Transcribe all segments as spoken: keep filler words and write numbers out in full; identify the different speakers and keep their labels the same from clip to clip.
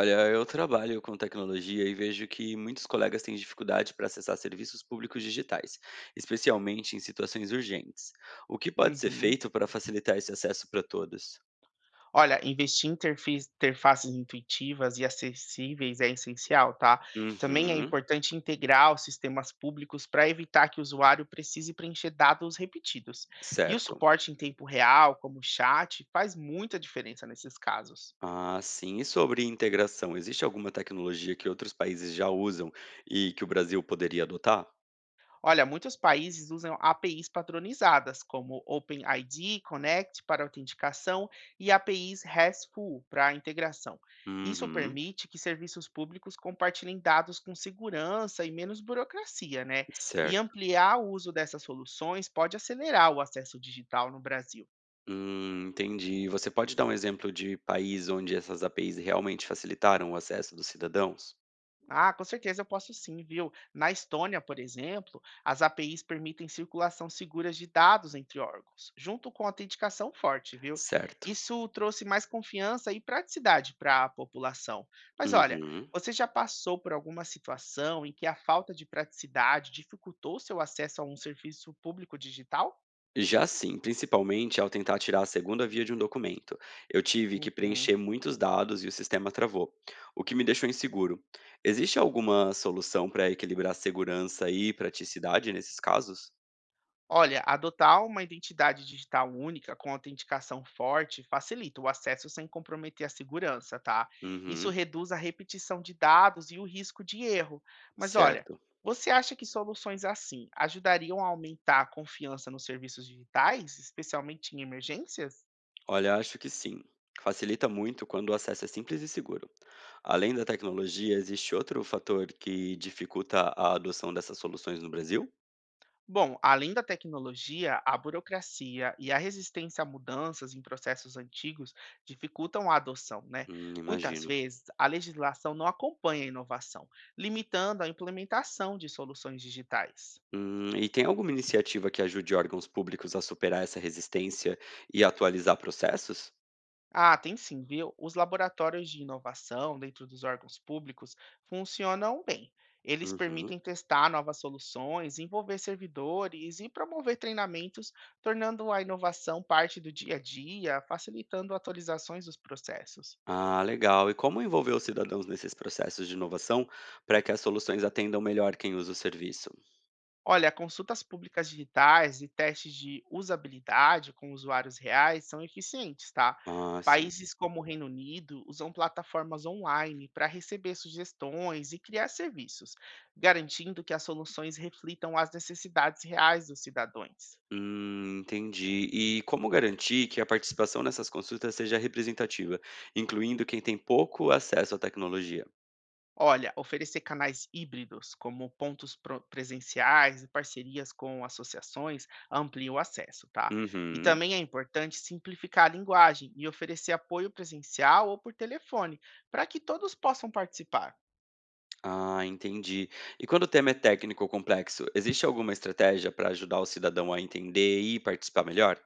Speaker 1: Olha, eu trabalho com tecnologia e vejo que muitos colegas têm dificuldade para acessar serviços públicos digitais, especialmente em situações urgentes. O que pode ser
Speaker 2: Uhum.
Speaker 1: feito para facilitar esse acesso para todos?
Speaker 2: Olha, investir em interfis interfaces intuitivas e acessíveis é essencial, tá? Também é
Speaker 1: Uhum,
Speaker 2: importante integrar os sistemas públicos para evitar que o usuário precise preencher dados repetidos. E o
Speaker 1: certo.
Speaker 2: suporte em tempo real, como o chat, faz muita diferença nesses casos.
Speaker 1: Ah, sim. E sobre integração, existe alguma tecnologia que outros países já usam e que o Brasil poderia adotar?
Speaker 2: Olha, muitos países usam A P Is patronizadas, como OpenID, Connect para autenticação e A P Is RESTful para integração. Isso
Speaker 1: Uhum,
Speaker 2: permite que serviços públicos compartilhem dados com segurança e menos burocracia, né? E
Speaker 1: certo.
Speaker 2: ampliar o uso dessas soluções pode acelerar o acesso digital no Brasil.
Speaker 1: Hum, entendi. Você pode dar um exemplo de país onde essas A P Is realmente facilitaram o acesso dos cidadãos?
Speaker 2: Ah, com certeza eu posso sim, viu? Na Estônia, por exemplo, as A P Is permitem circulação segura de dados entre órgãos, junto com autenticação forte, viu?
Speaker 1: Certo.
Speaker 2: Isso trouxe mais confiança e praticidade para a população. Mas olha,
Speaker 1: Uhum.
Speaker 2: você já passou por alguma situação em que a falta de praticidade dificultou seu acesso a um serviço público digital?
Speaker 1: Já sim, principalmente ao tentar tirar a segunda via de um documento. Eu tive que
Speaker 2: Uhum.
Speaker 1: preencher muitos dados e o sistema travou, o que me deixou inseguro. Existe alguma solução para equilibrar segurança e praticidade nesses casos?
Speaker 2: Olha, adotar uma identidade digital única com autenticação forte facilita o acesso sem comprometer a segurança, tá? Isso
Speaker 1: Uhum,
Speaker 2: reduz a repetição de dados e o risco de erro. Mas olha,
Speaker 1: certo.
Speaker 2: você acha que soluções assim ajudariam a aumentar a confiança nos serviços digitais, especialmente em emergências?
Speaker 1: Olha, acho que sim. Facilita muito quando o acesso é simples e seguro. Além da tecnologia, existe outro fator que dificulta a adoção dessas soluções no Brasil?
Speaker 2: Bom, além da tecnologia, a burocracia e a resistência a mudanças em processos antigos dificultam a adoção, né?
Speaker 1: Hum,
Speaker 2: Muitas
Speaker 1: imagino.
Speaker 2: vezes, a legislação não acompanha a inovação, limitando a implementação de soluções digitais.
Speaker 1: Hum, e tem alguma iniciativa que ajude órgãos públicos a superar essa resistência e atualizar processos?
Speaker 2: Ah, tem sim, viu? Os laboratórios de inovação dentro dos órgãos públicos funcionam bem. Eles
Speaker 1: Uhum.
Speaker 2: permitem testar novas soluções, envolver servidores e promover treinamentos, tornando a inovação parte do dia a dia, facilitando atualizações dos processos.
Speaker 1: Ah, legal. E como envolver os cidadãos nesses processos de inovação para que as soluções atendam melhor quem usa o serviço?
Speaker 2: Olha, consultas públicas digitais e testes de usabilidade com usuários reais são eficientes, tá?
Speaker 1: Ah, sim.
Speaker 2: Países como o Reino Unido usam plataformas online para receber sugestões e criar serviços, garantindo que as soluções reflitam as necessidades reais dos cidadãos.
Speaker 1: Hum, entendi. E como garantir que a participação nessas consultas seja representativa, incluindo quem tem pouco acesso à tecnologia?
Speaker 2: Olha, oferecer canais híbridos, como pontos pro- presenciais e parcerias com associações, amplia o acesso, tá? E
Speaker 1: Uhum.
Speaker 2: também é importante simplificar a linguagem e oferecer apoio presencial ou por telefone, para que todos possam participar.
Speaker 1: Ah, entendi. E quando o tema é técnico ou complexo, existe alguma estratégia para ajudar o cidadão a entender e participar melhor?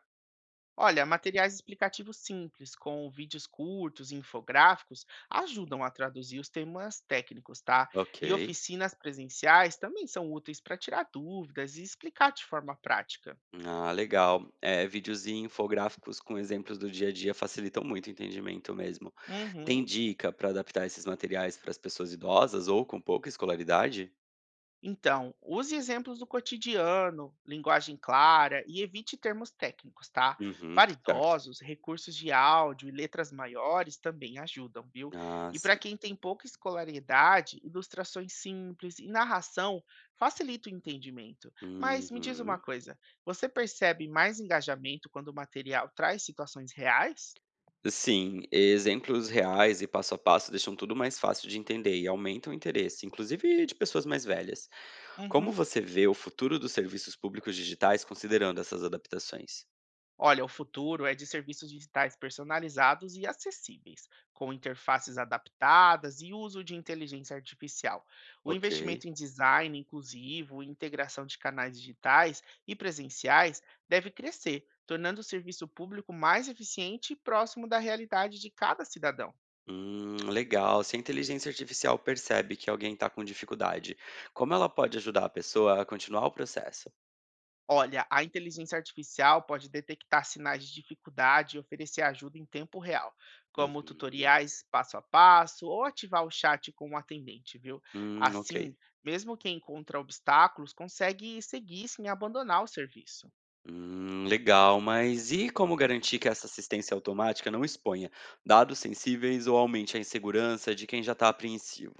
Speaker 2: Olha, materiais explicativos simples, com vídeos curtos e infográficos, ajudam a traduzir os temas técnicos, tá?
Speaker 1: Ok.
Speaker 2: E oficinas presenciais também são úteis para tirar dúvidas e explicar de forma prática.
Speaker 1: Ah, legal. É, vídeos e infográficos com exemplos do dia a dia facilitam muito o entendimento mesmo.
Speaker 2: Uhum.
Speaker 1: Tem dica para adaptar esses materiais para as pessoas idosas ou com pouca escolaridade?
Speaker 2: Então, use exemplos do cotidiano, linguagem clara e evite termos técnicos, tá?
Speaker 1: Uhum,
Speaker 2: Para
Speaker 1: certo.
Speaker 2: idosos, recursos de áudio e letras maiores também ajudam, viu?
Speaker 1: Ah,
Speaker 2: E para
Speaker 1: sim.
Speaker 2: quem tem pouca escolaridade, ilustrações simples e narração facilita o entendimento. Mas me diz uma
Speaker 1: Uhum.
Speaker 2: coisa, você percebe mais engajamento quando o material traz situações reais?
Speaker 1: Sim, exemplos reais e passo a passo deixam tudo mais fácil de entender e aumentam o interesse, inclusive de pessoas mais velhas. Como
Speaker 2: Uhum.
Speaker 1: você vê o futuro dos serviços públicos digitais considerando essas adaptações?
Speaker 2: Olha, o futuro é de serviços digitais personalizados e acessíveis, com interfaces adaptadas e uso de inteligência artificial. O
Speaker 1: Ok.
Speaker 2: investimento em design inclusivo e integração de canais digitais e presenciais deve crescer, tornando o serviço público mais eficiente e próximo da realidade de cada cidadão.
Speaker 1: Hum, legal. Se a inteligência artificial percebe que alguém está com dificuldade, como ela pode ajudar a pessoa a continuar o processo?
Speaker 2: Olha, a inteligência artificial pode detectar sinais de dificuldade e oferecer ajuda em tempo real, como
Speaker 1: Uhum.
Speaker 2: tutoriais passo a passo ou ativar o chat com o atendente, viu?
Speaker 1: Hum, ok.
Speaker 2: Assim, mesmo quem encontra obstáculos consegue seguir sem abandonar o serviço.
Speaker 1: Hum, legal, mas e como garantir que essa assistência automática não exponha dados sensíveis ou aumente a insegurança de quem já está apreensivo?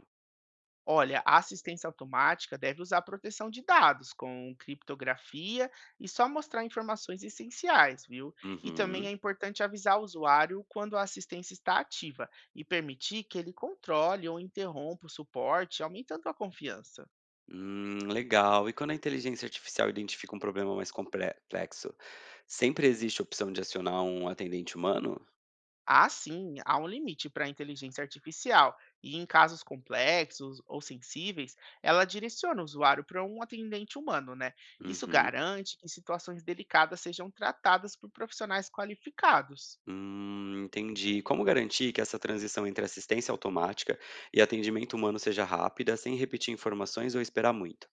Speaker 2: Olha, a assistência automática deve usar proteção de dados com criptografia e só mostrar informações essenciais, viu? E também é
Speaker 1: Uhum.
Speaker 2: importante avisar o usuário quando a assistência está ativa e permitir que ele controle ou interrompa o suporte, aumentando a confiança.
Speaker 1: Hum, legal. E quando a inteligência artificial identifica um problema mais complexo, sempre existe a opção de acionar um atendente humano?
Speaker 2: Ah, sim, há um limite para a inteligência artificial, e em casos complexos ou sensíveis, ela direciona o usuário para um atendente humano, né? Isso
Speaker 1: Uhum.
Speaker 2: garante que situações delicadas sejam tratadas por profissionais qualificados.
Speaker 1: Hum, entendi. Como garantir que essa transição entre assistência automática e atendimento humano seja rápida, sem repetir informações ou esperar muito?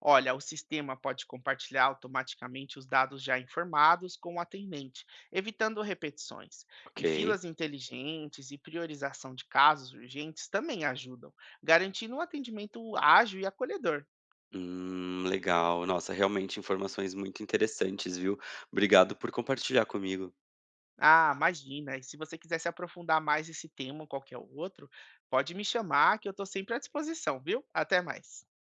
Speaker 2: Olha, o sistema pode compartilhar automaticamente os dados já informados com o atendente, evitando repetições. E
Speaker 1: Ok.
Speaker 2: filas inteligentes e priorização de casos urgentes também ajudam, garantindo um atendimento ágil e acolhedor.
Speaker 1: Hum, legal. Nossa, realmente informações muito interessantes, viu? Obrigado por compartilhar comigo.
Speaker 2: Ah, imagina. E se você quiser se aprofundar mais nesse tema ou qualquer outro, pode me chamar que eu estou sempre à disposição, viu? Até mais.